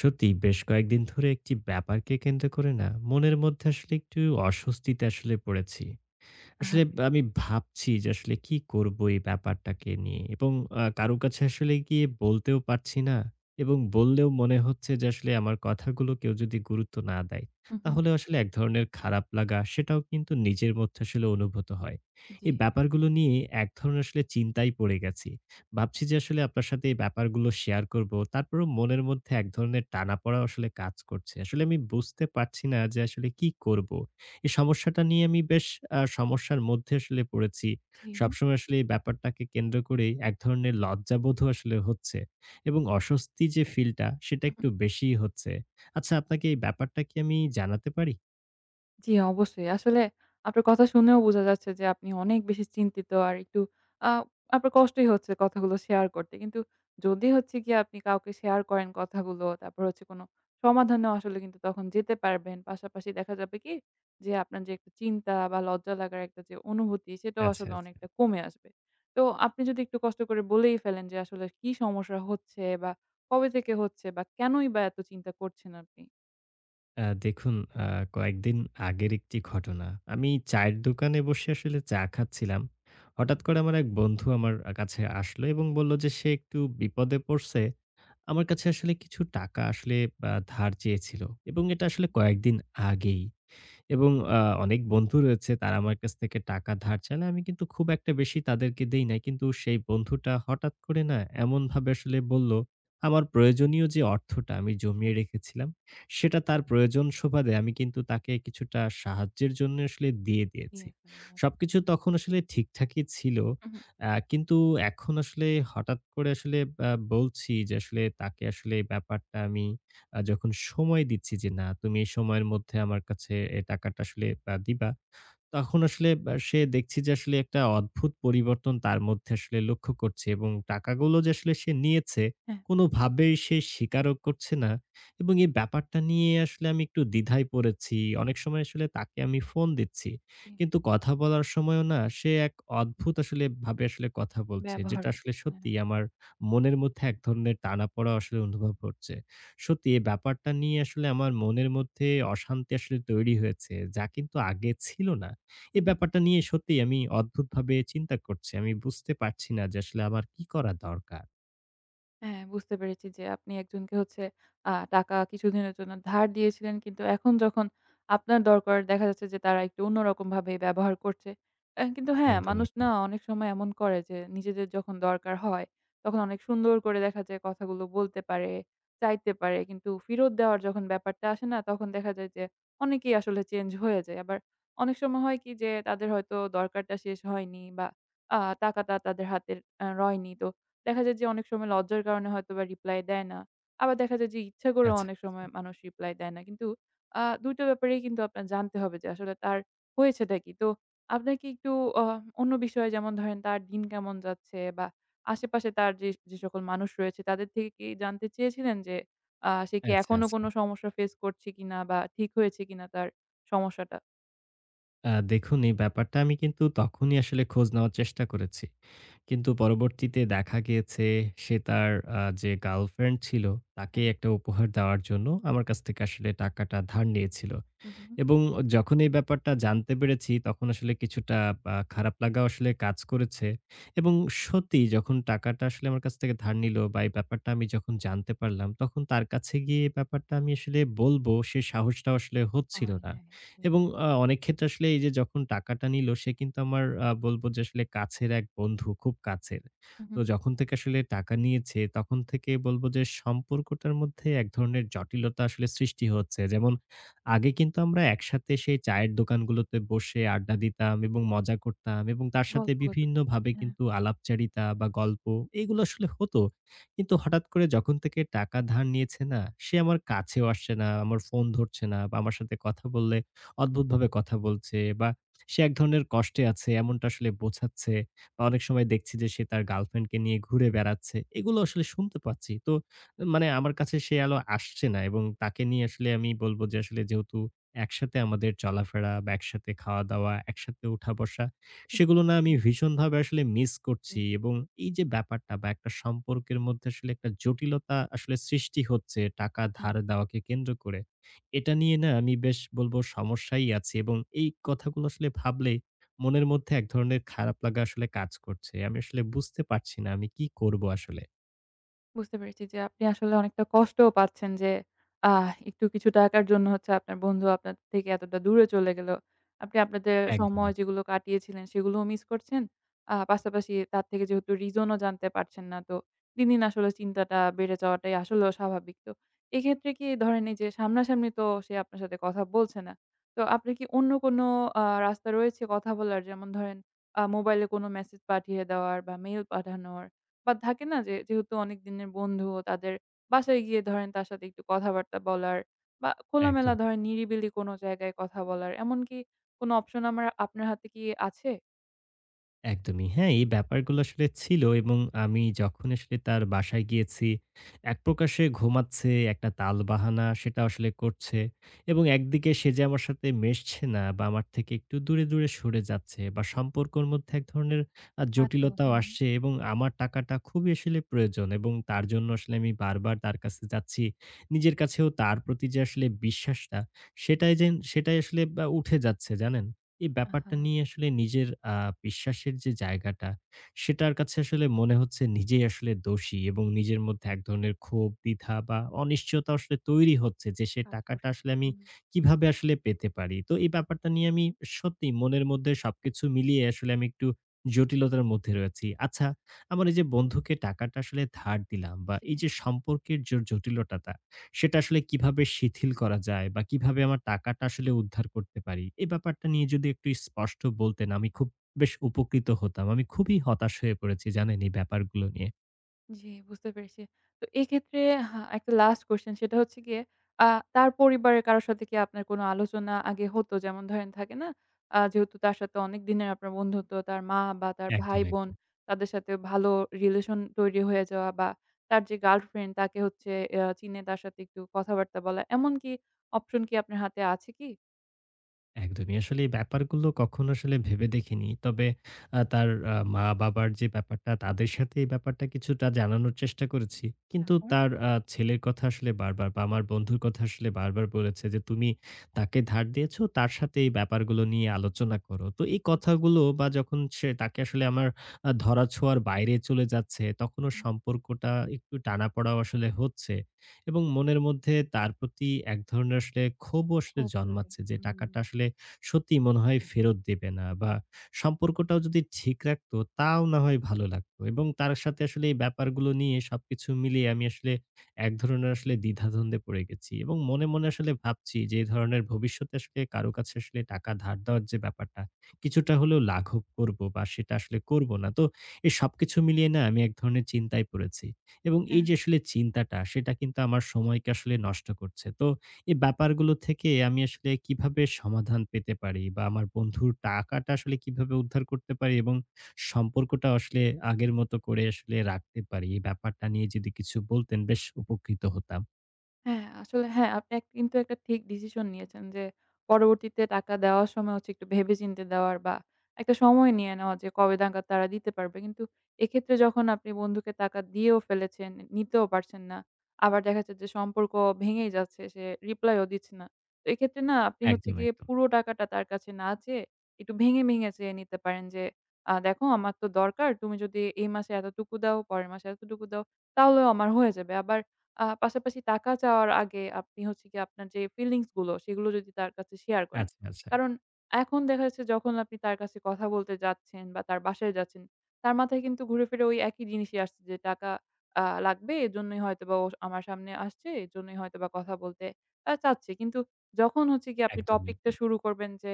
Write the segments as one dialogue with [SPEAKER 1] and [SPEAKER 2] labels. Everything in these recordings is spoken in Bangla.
[SPEAKER 1] সত্যিই বেশ কয়েকদিন ধরে একটি ব্যাপারকে কেন্দ্র করে না মনের মধ্যে আসলে একটু অস্বস্তিতে আসলে পড়েছি।
[SPEAKER 2] আর
[SPEAKER 1] আসলে আমি ভাবছি যে আসলে কি করব এই ব্যাপারটাকে নিয়ে এবং কারো কাছে আসলে গিয়ে বলতেও পারছি না এবং বললেও মনে হচ্ছে যে আসলে আমার কথাগুলো কেউ যদি গুরুত্ব না দেয়,
[SPEAKER 2] হু, হু।
[SPEAKER 1] তাহলে আসলে এক ধরনের খারাপ লাগা সেটাও কিন্তু নিজের মধ্যে আসলে অনুভূত হয়।
[SPEAKER 2] জি,
[SPEAKER 1] এই ব্যাপারগুলো নিয়ে এক ধরনের আসলে চিন্তায় পড়ে গেছি। ভাবছি যে আসলে আপনার সাথে এই ব্যাপারগুলো শেয়ার করব। তারপরেও মনের মধ্যে এক ধরনের টানাপোড়া আসলে কাজ করছে। আসলে আমি বুঝতে পারছি না যে আসলে কি করব? এই সমস্যাটা নিয়ে আমি বেশ সমস্যার মধ্যে আসলে পড়েছি।
[SPEAKER 2] জি।
[SPEAKER 1] সবসময় আসলে এই ব্যাপারটাকে কেন্দ্র করেই এক ধরনের লজ্জাবোধও আসলে হচ্ছে এবং অস্বস্তি যে ফিলটা সেটা
[SPEAKER 2] হু, হু।
[SPEAKER 1] একটু বেশিই হচ্ছে। আচ্ছা, আপনাকে এই ব্যাপারটা কি আমি জানাতে পারি?
[SPEAKER 2] জি, অবশ্যই। আসলে আপনার কথা শুনেও বোঝা যাচ্ছে যে আপনি অনেক বেশি চিন্তিত আর একটু আ আপনার কষ্টই হচ্ছে কথাগুলো শেয়ার করতে। কিন্তু যদি হচ্ছে গিয়ে আপনি কাউকে শেয়ার করেন কথাগুলো, তারপর হচ্ছে কোনো সমাধানেও আসলে কিন্তু তখন যেতে পারবেন। পাশাপাশি দেখা যাবে কি যে আপনার যে একটা চিন্তা বা লজ্জা লাগার একটা যে অনুভূতি সেটাও
[SPEAKER 1] আচ্ছা,
[SPEAKER 2] আসলে
[SPEAKER 1] আচ্ছা।
[SPEAKER 2] অনেকটা কমে আসবে। তো আপনি যদি একটু কষ্ট করে বলেই ফেলেন যে আসলে কি সমস্যা হচ্ছে বা কবে থেকে হচ্ছে বা কেনই বা এত চিন্তা করছেন আপনি?
[SPEAKER 1] দেখুন, আ কয়েকদিন আগের একটি ঘটনা। আমি চায়ের দোকানে বসে আসলে চা খাচ্ছিলাম।
[SPEAKER 2] হু,
[SPEAKER 1] হঠাৎ
[SPEAKER 2] হু,
[SPEAKER 1] করে আমার এক বন্ধু আমার কাছে আসলো এবং বলল যে সে একটু বিপদে পড়ছে। আমার কাছে আসলে কিছু টাকা আসলে ধার চেয়েছিল এবং এটা আসলে কয়েকদিন আগেই। এবং অনেক বন্ধু রয়েছে, তারা আমার কাছ থেকে টাকা ধার চাইলে আমি কিন্তু খুব একটা বেশি তাদেরকে দেই না। কিন্তু সেই বন্ধুটা হঠাৎ করে না এমনভাবে আসলে বলল, আমার প্রয়োজনীয় যে অর্থটা আমি
[SPEAKER 2] হ্যাঁ,
[SPEAKER 1] জমিয়ে রেখেছিলাম, সেটা তার প্রয়োজন সুবাদে আমি কিন্তু তাকে কিছুটা সাহায্যের জন্য আসলে দিয়ে দিয়েছি।
[SPEAKER 2] দিয়ে ফেলেন। আচ্ছা।
[SPEAKER 1] সবকিছু তখন আসলে ঠিকঠাকই ছিল।
[SPEAKER 2] হু, হু।
[SPEAKER 1] কিন্তু এখন আসলে হঠাৎ করে আসলে বলছি যে আসলে তাকে আসলে এই ব্যাপারটা আমি যখন সময় দিচ্ছি যে, না তুমি এই সময়ের মধ্যে আমার কাছে এ টাকাটা আসলে দিবা। তখন আসলে বা সে দেখছি যে আসলে একটা অদ্ভুত পরিবর্তন তার মধ্যে আসলে লক্ষ্য করছি এবং টাকাগুলো যে আসলে সে নিয়েছে
[SPEAKER 2] হ্যাঁ,
[SPEAKER 1] কোনোভাবেই সে স্বীকারও করছে না এবং এই ব্যাপারটা নিয়ে আসলে আমি একটু দ্বিধায় পড়েছি। অনেক সময় আসলে তাকে আমি ফোন দিচ্ছি।
[SPEAKER 2] জি,
[SPEAKER 1] কিন্তু কথা বলার সময়ও না সে এক অদ্ভুত আসলে ভাবে আসলে কথা বলছে।
[SPEAKER 2] ব্যবহার
[SPEAKER 1] যেটা আসলে
[SPEAKER 2] করতে হ্যাঁ।
[SPEAKER 1] সত্যিই আমার মনের মধ্যে এক ধরনের টানাপোড়া আসলে অনুভব হচ্ছে। সত্যি এই ব্যাপারটা নিয়ে আসলে আমার মনের মধ্যে অশান্তি আসলে তৈরি হয়েছে যা কিন্তু আগে ছিল না।
[SPEAKER 2] হু,
[SPEAKER 1] এই
[SPEAKER 2] হু।
[SPEAKER 1] ব্যাপারটা নিয়ে সত্যিই আমি অদ্ভুতভাবে চিন্তা করছি। আমি বুঝতে পারছি না যে আসলে আমার কি করা দরকার?
[SPEAKER 2] হ্যাঁ, বুঝতে পেরেছি যে আপনি একজনকে হচ্ছে টাকা কিছুদিনের জন্য ধার দিয়েছিলেন। কিন্তু এখন যখন আপনার দরকার দেখা যাচ্ছে যে তারা একটু অন্যরকমভাবে ব্যবহার করছে। কিন্তু হ্যাঁ,
[SPEAKER 1] একদম,
[SPEAKER 2] মানুষ না
[SPEAKER 1] একদম।
[SPEAKER 2] অনেক সময় এমন করে যে নিজেদের যখন দরকার হয়, তখন অনেক সুন্দর করে দেখা যায় কথাগুলো বলতে পারে, চাইতে পারে। কিন্তু ফেরত দেওয়ার যখন ব্যাপারটা আসে না তখন দেখা যায় যে অনেকেই আসলে চেঞ্জ হয়ে যায়। আবার অনেক সময় হয় কি যে তাদের হয়তো দরকারটা শেষ হয়নি বা টাকাটা তাদের হাতে রয়নি। তো দেখা যায় যে অনেক সময় লজ্জার কারণে হয়তোবা রিপ্লাই দেয় না। আবার দেখা যায় যে ইচ্ছা করেও
[SPEAKER 1] আচ্ছা,
[SPEAKER 2] অনেক সময় মানুষ রিপ্লাই দেয় না। কিন্তু ২ টা ব্যাপারেই কিন্তু আপনার জানতে হবে যে আসলে তার হয়েছেটা কি? তো আপনার কি একটু অ অন্য বিষয়ে যেমন ধরেন তার দিন কেমন যাচ্ছে বা আশেপাশে তার যে সকল মানুষ রয়েছে তাদের থেকে কি জানতে চেয়েছিলেন যে সে কি
[SPEAKER 1] আচ্ছা, আচ্ছা,
[SPEAKER 2] এখনো কোনো
[SPEAKER 1] আচ্ছা।
[SPEAKER 2] সমস্যা ফেস করছে কিনা বা ঠিক হয়েছে কিনা তার সমস্যাটা?
[SPEAKER 1] দেখুন, এই ব্যাপারটা আমি কিন্তু তখনই আসলে খোঁজ নেওয়ার চেষ্টা করেছি। কিন্তু পরবর্তীতে দেখা গিয়েছে সে তার যে গার্লফ্রেন্ড ছিল তাকে
[SPEAKER 2] হ্যাঁ।
[SPEAKER 1] একটা উপহার দেওয়ার জন্য আমার কাছ থেকে আসলে টাকাটা ধার নিয়েছিল।
[SPEAKER 2] হু, হু।
[SPEAKER 1] এবং যখন এই ব্যাপারটা জানতে পেরেছি তখন আসলে কিছুটা খারাপ লাগাও আসলে কাজ করেছে। এবং সত্যিই যখন টাকাটা আসলে আমার কাছ থেকে ধার নিল বা এই ব্যাপারটা আমি যখন জানতে পারলাম, তখন তার কাছে গিয়ে এই ব্যাপারটা আমি আসলে বলবো সে সাহসটাও আসলে হচ্ছিল
[SPEAKER 2] হয়
[SPEAKER 1] না।
[SPEAKER 2] নাই যে
[SPEAKER 1] এবং অনেক ক্ষেত্রে আসলে এই যে যখন টাকাটা নিল সে কিন্তু আমার বলব যে আসলে কাছের এক বন্ধু, খুব কাছের।
[SPEAKER 2] হু, হু।
[SPEAKER 1] তো যখন থেকে আসলে টাকা নিয়েছে তখন থেকে বলব যে সম্পর্কটার মধ্যে এক ধরনের জটিলতা আসলে সৃষ্টি হচ্ছে। যেমন, আগে কিন্তু আমরা একসাথে সেই চায়ের দোকানগুলোতে বসে আড্ডা দিতাম এবং মজা করতাম এবং তার সাথে
[SPEAKER 2] গল্পগুজব করতে
[SPEAKER 1] বিভিন্নভাবে
[SPEAKER 2] হ্যাঁ।
[SPEAKER 1] কিন্তু আলাপচারিতা বা গল্প এগুলো আসলে হতো। কিন্তু হঠাৎ করে যখন থেকে টাকা ধার নিয়েছে না, সে আমার কাছেও আসছে না, আমার ফোন ধরছে না বা আমার সাথে কথা বললে অদ্ভুতভাবে কথা বলছে, বা সে এক ধরনের কষ্টে আছে এমনটা আসলে বোঝাচ্ছে। বা অনেক সময় দেখছি যে সে তার গার্লফ্রেন্ডকে নিয়ে ঘুরে বেড়াচ্ছে। এগুলো আসলে শুনতে পাচ্ছি। তো মানে আমার কাছে সে আলো আসছে না এবং তাকে নিয়ে আসলে আমি বলব যে আসলে, যেহেতু একসাথে আমাদের চলাফেরা বা একসাথে খাওয়া-দাওয়া, একসাথে উঠা-বসা,
[SPEAKER 2] ছিল।
[SPEAKER 1] সেগুলো না আমি
[SPEAKER 2] হুম।
[SPEAKER 1] ভীষণভাবে আসলে মিস করছি
[SPEAKER 2] মিষ্টি।
[SPEAKER 1] এবং এই যে ব্যাপারটা বা একটা সম্পর্কের মধ্যে আসলে একটা জটিলতা আসলে সৃষ্টি হচ্ছে টাকা
[SPEAKER 2] হ্যাঁ।
[SPEAKER 1] ধার দেওয়াকে কেন্দ্র করে। এটা নিয়ে না আমি বেশ বলব সমস্যায়ই আছি এবং এই কথাগুলো আসলে ভাবলেই মনের মধ্যে এক ধরনের খারাপ লাগা আসলে কাজ করছে। আমি আসলে বুঝতে পারছি না আমি কি করব আসলে?
[SPEAKER 2] বুঝতে পেরেছি যে আপনি আসলে অনেকটা কষ্টও পাচ্ছেন যে একটু কিছু টাকার জন্য হচ্ছে আপনার বন্ধু আপনার থেকে এতটা দূরে চলে গেল। আপনি আপনাদের
[SPEAKER 1] একদম,
[SPEAKER 2] সময়
[SPEAKER 1] একদম,
[SPEAKER 2] যেগুলো কাটিয়েছিলেন সেগুলোও মিস করছেন। পাশাপাশি তার থেকে যেহেতু রিজনও জানতে পারছেন না তো দিন, দিন আসলে চিন্তাটা বেড়ে যাওয়াটাই আসলেও স্বাভাবিক। তো এক্ষেত্রে কি ধরেন এই যে সামনাসামনি তো সে আপনার সাথে কথা বলছে না। তো আপনার কি অন্য কোনো রাস্তা রয়েছে কথা বলার? যেমন ধরেন মোবাইলে কোনো মেসেজ পাঠিয়ে দেওয়ার বা মেইল পাঠানোর বা থাকে না যে যেহেতু অনেক দিনের বন্ধু তাদের বাসায় গিয়ে ধরেন তার সাথে একটু কথাবার্তা বলার বা খোলামেলা
[SPEAKER 1] একদম।
[SPEAKER 2] ধরেন নিরিবিলি কোনো জায়গায় কথা বলার এমনকি কোনো অপশন আমার আপনার হাতে কি আছে?
[SPEAKER 1] একদমই। হ্যাঁ, এই ব্যাপারগুলো আসলে ছিল এবং আমি যখন আসলে তার বাসায় গিয়েছি, এক প্রকার সে ঘুমাচ্ছে, একটা তালবাহানা সেটা আসলে করছে এবং একদিকে সে যে আমার সাথে মেশছে না বা আমার থেকে একটু দূরে, দূরে সরে যাচ্ছে বা সম্পর্কর মধ্যে এক ধরনের
[SPEAKER 2] আতো
[SPEAKER 1] জটিলতাও
[SPEAKER 2] হ্যাঁ,
[SPEAKER 1] আসছে এবং আমার টাকাটা খুবই আসলে প্রয়োজন এবং তার জন্য আসলে আমি বারবার তার কাছে যাচ্ছি। নিজের কাছেও তার প্রতি যে আসলে বিশ্বাসটা, সেটাই যেন সেটাই আসলে বা উঠে যাচ্ছে, জানেন? এই
[SPEAKER 2] আহা!
[SPEAKER 1] ব্যাপারটা নিয়ে আসলে নিজের বিশ্বাসের যে জায়গাটা, সেটার কাছে আসলে মনে হচ্ছে নিজেই আসলে দোষী এবং নিজের মধ্যে এক ধরনের ক্ষোভ, দ্বিধা বা অনিশ্চয়তা আসলে তৈরি হচ্ছে যে, সে
[SPEAKER 2] কাজ
[SPEAKER 1] টাকাটা
[SPEAKER 2] করছে।
[SPEAKER 1] আসলে আমি
[SPEAKER 2] হুম,
[SPEAKER 1] কিভাবে আসলে পেতে পারি? তো এই ব্যাপারটা নিয়ে আমি সত্যিই মনের মধ্যে সবকিছু মিলিয়ে আসলে আমি একটু জটিলতার মধ্যে রয়েছি। আচ্ছা, আমার এই যে বন্ধুকে টাকাটা আসলে ধার দিলাম বা
[SPEAKER 2] জি।
[SPEAKER 1] এই যে সম্পর্কের জটিলতাটা সেটা আসলে কিভাবে শিথিল করা যায় বা কিভাবে আমার টাকাটা আসলে উদ্ধার করতে পারি? এই ব্যাপারটা নিয়ে যদি একটু স্পষ্ট বলতেন আমি খুব বেশ উপকৃত হতাম। আমি খুবই হতাশ হয়ে পড়েছি, জানেন, এই ব্যাপারগুলো নিয়ে।
[SPEAKER 2] জি, বুঝতে পেরেছি। তো এক্ষেত্রে একটা লাস্ট কোয়েশ্চেন সেটা হচ্ছে গিয়ে আ তার পরিবারের কারো সাথে কি আপনার কোনো আলোচনা আগে হতো? যেমন ধরেন থাকে না? যেহেতু তার সাথে অনেক দিনের আপনার বন্ধুত্ব, তার মা বা তার
[SPEAKER 1] একদম,
[SPEAKER 2] ভাই-বোন
[SPEAKER 1] একদম।
[SPEAKER 2] তাদের সাথে ভালো রিলেশন তৈরি হয়ে যাওয়া বা তার যে গার্লফ্রেন্ড তাকে হচ্ছে চিনে তার সাথে একটু কথাবার্তা বলা। এমন কি অপশন কি আপনার হাতে আছে কি?
[SPEAKER 1] একদমই। আসলে এই ব্যাপারগুলো কখনো আসলে ভেবে দেখিনি। তবে তার মা-বাবার যে ব্যাপারটা, তাদের সাথে এই ব্যাপারটা কিছুটা জানানোর চেষ্টা করেছি। কিন্তু
[SPEAKER 2] তারপর?
[SPEAKER 1] তার ছেলের কথা আসলে বারবার বা আমার বন্ধুর কথা আসলে বারবার বলেছে যে, "তুমি তাকে ধার দিয়েছো, তার সাথে এই ব্যাপারগুলো নিয়ে আলোচনা করো।" তো এই
[SPEAKER 2] আচ্ছা।
[SPEAKER 1] কথাগুলো বা যখন সে তাকে আসলে আমার ধরাছোঁয়ার বাইরে চলে যাচ্ছে, তখনও
[SPEAKER 2] হুম,
[SPEAKER 1] সম্পর্কটা একটু টানাপোড়াও আসলে হচ্ছে। এবং মনের মধ্যে তার প্রতি এক ধরনের আসলে ক্ষোভও আসলে
[SPEAKER 2] খুব দূরে।
[SPEAKER 1] জন্মাচ্ছে যে
[SPEAKER 2] হুম।
[SPEAKER 1] টাকাটা আসলে সত্যিই মনে হয় ফেরত দেবে না, বা সম্পর্কটাও যদি ঠিক রাখতো তাও না হয় ভালো লাগতো এবং তার সাথে আসলে এই ব্যাপারগুলো নিয়ে সবকিছু মিলিয়ে আমি আসলে এক ধরনের আসলে দ্বিধাদ্বন্দ্বে পড়ে গেছি এবং মনে মনে আসলে ভাবছি যে এই ধরনের, ভবিষ্যতে আসলে কারো কাছে আসলে টাকা ধার দেওয়ার যে ব্যাপারটা কিছুটা হলেও লাঘব করব বা সেটা আসলে করব না। তো এই সবকিছু মিলিয়ে না আমি এক ধরনের চিন্তায় পড়েছি এবং
[SPEAKER 2] হ্যাঁ।
[SPEAKER 1] এই যে আসলে চিন্তাটা সেটা কিন্তু আমার সময়কে আসলে নষ্ট করছে। তো এই ব্যাপারগুলো থেকে আমি আসলে কিভাবে সমাধান পেতে পারি বা আমার বন্ধুর টাকাটা আসলে কিভাবে উদ্ধার করতে পারি এবং সম্পর্কটা আসলে আগের মতো করে আসলে রাখতে পারি? এই ব্যাপারটা নিয়ে যদি কিছু বলতেন বেশ উপকৃত হতাম।
[SPEAKER 2] হ্যাঁ, আসলে হ্যাঁ, আপনি কিন্তু একটা ঠিক ডিসিশন নিয়েছেন যে, পরবর্তীতে টাকা দেওয়ার সময় হচ্ছে একটু ভেবে-চিন্তে দেওয়ার বা একটা সময় নিয়ে নেওয়া যে কবে নাগাদ তারা দিতে পারবে। কিন্তু এক্ষেত্রে যখন আপনি বন্ধুকে টাকা দিয়েও ফেলেছেন, নিতেও পারছেন না। আবার দেখা যাচ্ছে যে সম্পর্ক ভেঙেই যাচ্ছে, সে রিপ্লাইও দিচ্ছে না। তো এক্ষেত্রে না আপনি হচ্ছে
[SPEAKER 1] একদম,
[SPEAKER 2] গিয়ে
[SPEAKER 1] একদম।
[SPEAKER 2] পুরো টাকাটা তার কাছে না চেয়ে, একটু ভেঙে, ভেঙে চেয়ে নিতে পারেন যে, দেখো আমার তো দরকার, তুমি যদি এই মাসে এতটুকু দাও, পরের মাসে এতটুকু দাও, তাহলেও আমার হয়ে যাবে। আবার পাশাপাশি টাকা চাওয়ার আগে আপনি হচ্ছে গিয়ে আপনার যে ফিলিংস গুলো সেগুলো যদি তার কাছে শেয়ার করেন।
[SPEAKER 1] আচ্ছা, আচ্ছা।
[SPEAKER 2] কারণ এখন দেখা যাচ্ছে যখন আপনি তার কাছে কথা বলতে যাচ্ছেন বা তার বাসায় যাচ্ছেন, তার মাথায় কিন্তু ঘুরে ফিরে ওই একই জিনিসই আসছে যে টাকা লাগবে এজন্যই হয়তোবা ও আমার সামনে আসছে, এজন্যই হয়তোবা কথা বলতে চাচ্ছে। কিন্তু যখন হচ্ছে গিয়ে আপনি
[SPEAKER 1] একদম,
[SPEAKER 2] টপিকটা
[SPEAKER 1] একদম।
[SPEAKER 2] শুরু করবেন যে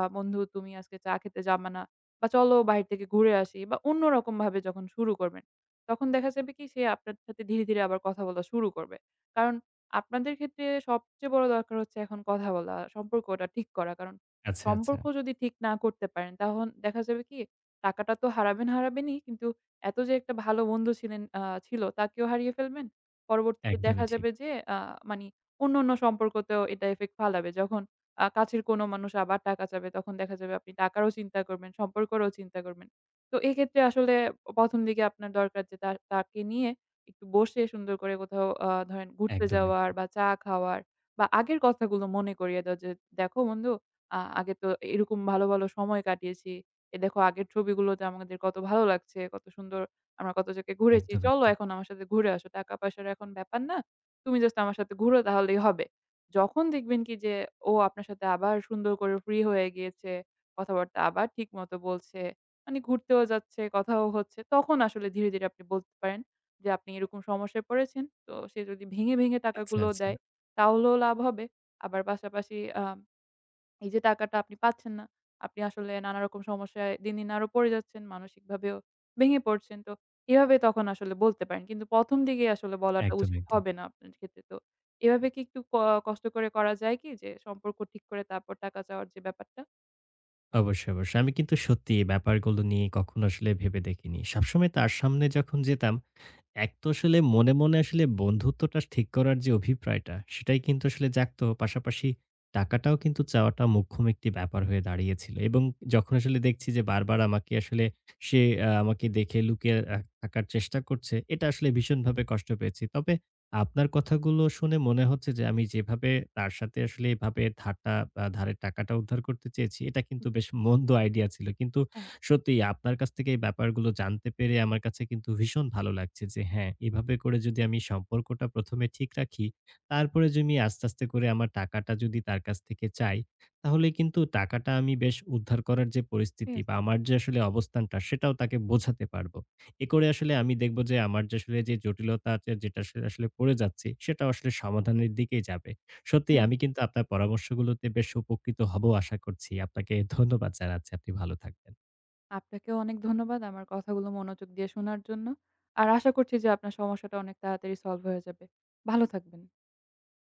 [SPEAKER 2] "বন্ধু তুমি আজকে চা খেতে যাবা না" বা "চলো বাহির থেকে ঘুরে আসি" বা অন্যরকমভাবে যখন শুরু করবেন তখন দেখা যাবে কি সে আপনার সাথে ধীরে, ধীরে আবার কথা বলা শুরু করবে। কারণ আপনাদের ক্ষেত্রে সবচেয়ে বড় দরকার হচ্ছে এখন কথা বলা, সম্পর্কটা ঠিক করা। কারণ
[SPEAKER 1] আচ্ছা, আচ্ছা।
[SPEAKER 2] সম্পর্ক যদি ঠিক না করতে পারেন তখন দেখা যাবে কি টাকাটা তো হারাবেন, হারাবেনই। কিন্তু এত যে একটা ভালো বন্ধু ছিল তাকেও হারিয়ে ফেলবেন। পরবর্তীতে দেখা
[SPEAKER 1] একদমই ঠিক।
[SPEAKER 2] যাবে যে আ মানি অন্য, অন্য সম্পর্কতেও এটা ইফেক্ট ফালাবে। যখন কাছের কোনো মানুষ আবার টাকা চাবে তখন দেখা যাবে আপনি টাকারও চিন্তা করবেন, সম্পর্কেরও চিন্তা করবেন। তো এক্ষেত্রে আসলে ১ম দিকে আপনার দরকার যে তাকে নিয়ে একটু বসে সুন্দর করে কোথাও ধরেন ঘুরতে
[SPEAKER 1] একদম,
[SPEAKER 2] যাওয়ার
[SPEAKER 1] একদম।
[SPEAKER 2] বা চা খাওয়ার বা আগের কথাগুলো মনে করিয়ে দেওয়া যে, "দেখো বন্ধু আগে তো এরকম ভালো, ভালো সময় কাটিয়েছি। এ দেখো আগের ছবিগুলোতে আমাদের কত ভালো লাগছে, কত সুন্দর আমরা কত জায়গায় ঘুরেছি।
[SPEAKER 1] একদম,
[SPEAKER 2] চলো
[SPEAKER 1] একদম।
[SPEAKER 2] এখন আমার সাথে ঘুরে আসো। টাকা-পয়সার এখন ব্যাপার না। তুমি জাস্ট আমার সাথে ঘুরো তাহলেই হবে।" যখন দেখবেন কি যে ও আপনার সাথে আবার সুন্দর করে ফ্রি হয়ে গিয়েছে, কথাবার্তা আবার ঠিক মতো বলছে মানে ঘুরতেও যাচ্ছে, কথাও হচ্ছে। তখন আসলে ধীরে, ধীরে আপনি বলতে পারেন যে, আপনি এরকম সমস্যায় পড়েছেন। তো সে যদি ভেঙে, ভেঙে
[SPEAKER 1] আচ্ছা,
[SPEAKER 2] টাকাগুলো
[SPEAKER 1] আচ্ছা।
[SPEAKER 2] দেয়, তাহলেও লাভ হবে। আবার পাশাপাশি আ এই যে টাকাটা আপনি পাচ্ছেন না, আপনি আসলে নানা রকম সমস্যায় দিন, দিন আরো পড়ে যাচ্ছেন। মানসিকভাবেও ভেঙে পড়ছেন। তো এভাবে তখন আসলে বলতে পারেন। কিন্তু ১ম দিকে আসলে বলাটা
[SPEAKER 1] একদম,
[SPEAKER 2] উচিত
[SPEAKER 1] একদম।
[SPEAKER 2] হবে না আপনার ক্ষেত্রে। তো এভাবে কি একটু কষ্ট করে করা যায় কি? যে সম্পর্ক ঠিক করে তারপর টাকা চাওয়ার যে ব্যাপারটা?
[SPEAKER 1] অবশ্যই, অবশ্যই। আমি কিন্তু সত্যি এই ব্যাপারগুলো নিয়ে কখনো আসলে ভেবে দেখিনি। সবসময় তার সামনে যখন যেতাম, এক তো আসলে মনে, মনে আসলে বন্ধুত্বটা ঠিক করার যে অভিপ্রায়টা, সেটাই কিন্তু আসলে জাগতো। পাশাপাশি টাকাটাও কিন্তু চাওয়াটা মোক্ষম একটি ব্যাপার হয়ে দাঁড়িয়েছিল। এবং যখন আসলে দেখছি যে বারবার আমাকে আসলে সে আমাকে দেখে লুকিয়ে থাকার চেষ্টা করছে, এটা আসলে ভীষণভাবে কষ্ট পেয়েছি। তবে আপনার কথাগুলো শুনে মনে হচ্ছে যে আমি যেভাবে তার সাথে আসলে এভাবে ধারটা আ ধারের টাকাটা উদ্ধার করতে চেয়েছি, এটা কিন্তু বেশ মন্দ আইডিয়া ছিল। কিন্তু
[SPEAKER 2] হ্যাঁ।
[SPEAKER 1] সত্যি আপনার কাছ থেকে এই ব্যাপারগুলো জানতে পেরে আমার কাছে কিন্তু ভীষণ ভালো লাগছে যে হ্যাঁ, এভাবে করে যদি আমি সম্পর্কটা ১ম এ ঠিক রাখি, তারপরে যদি আমি আস্তে, আস্তে করে আমার টাকাটা যদি তার কাছ থেকে চাই, তাহলে কিন্তু টাকাটা আমি বেশ উদ্ধার করার যে
[SPEAKER 2] ঠিক
[SPEAKER 1] পরিস্থিতি
[SPEAKER 2] আছে।
[SPEAKER 1] বা আমার যে আসলে অবস্থানটা সেটাও তাকে বোঝাতে পারবো। এ করে আসলে আমি দেখব যে আমার যে আসলে যে জটিলতা আছে যেটা আসলে আসলে পড়ে যাচ্ছি সেটাও আসলে সমাধানের দিকেই যাবে। সত্যিই
[SPEAKER 2] হ্যাঁ
[SPEAKER 1] আমি কিন্তু আপনার পরামর্শগুলোতে বেশ উপকৃত হব আশা করছি। আপনাকে ধন্যবাদ জানাচ্ছি। আপনি ভালো থাকবেন।
[SPEAKER 2] আপনাকেও অনেক ধন্যবাদ আমার কথাগুলো মনোযোগ দিয়ে শোনার জন্য। আর আশা করছি যে আপনার সমস্যাটা অনেক তাড়াতাড়ি সলভ হয়ে যাবে। ভালো থাকবেন।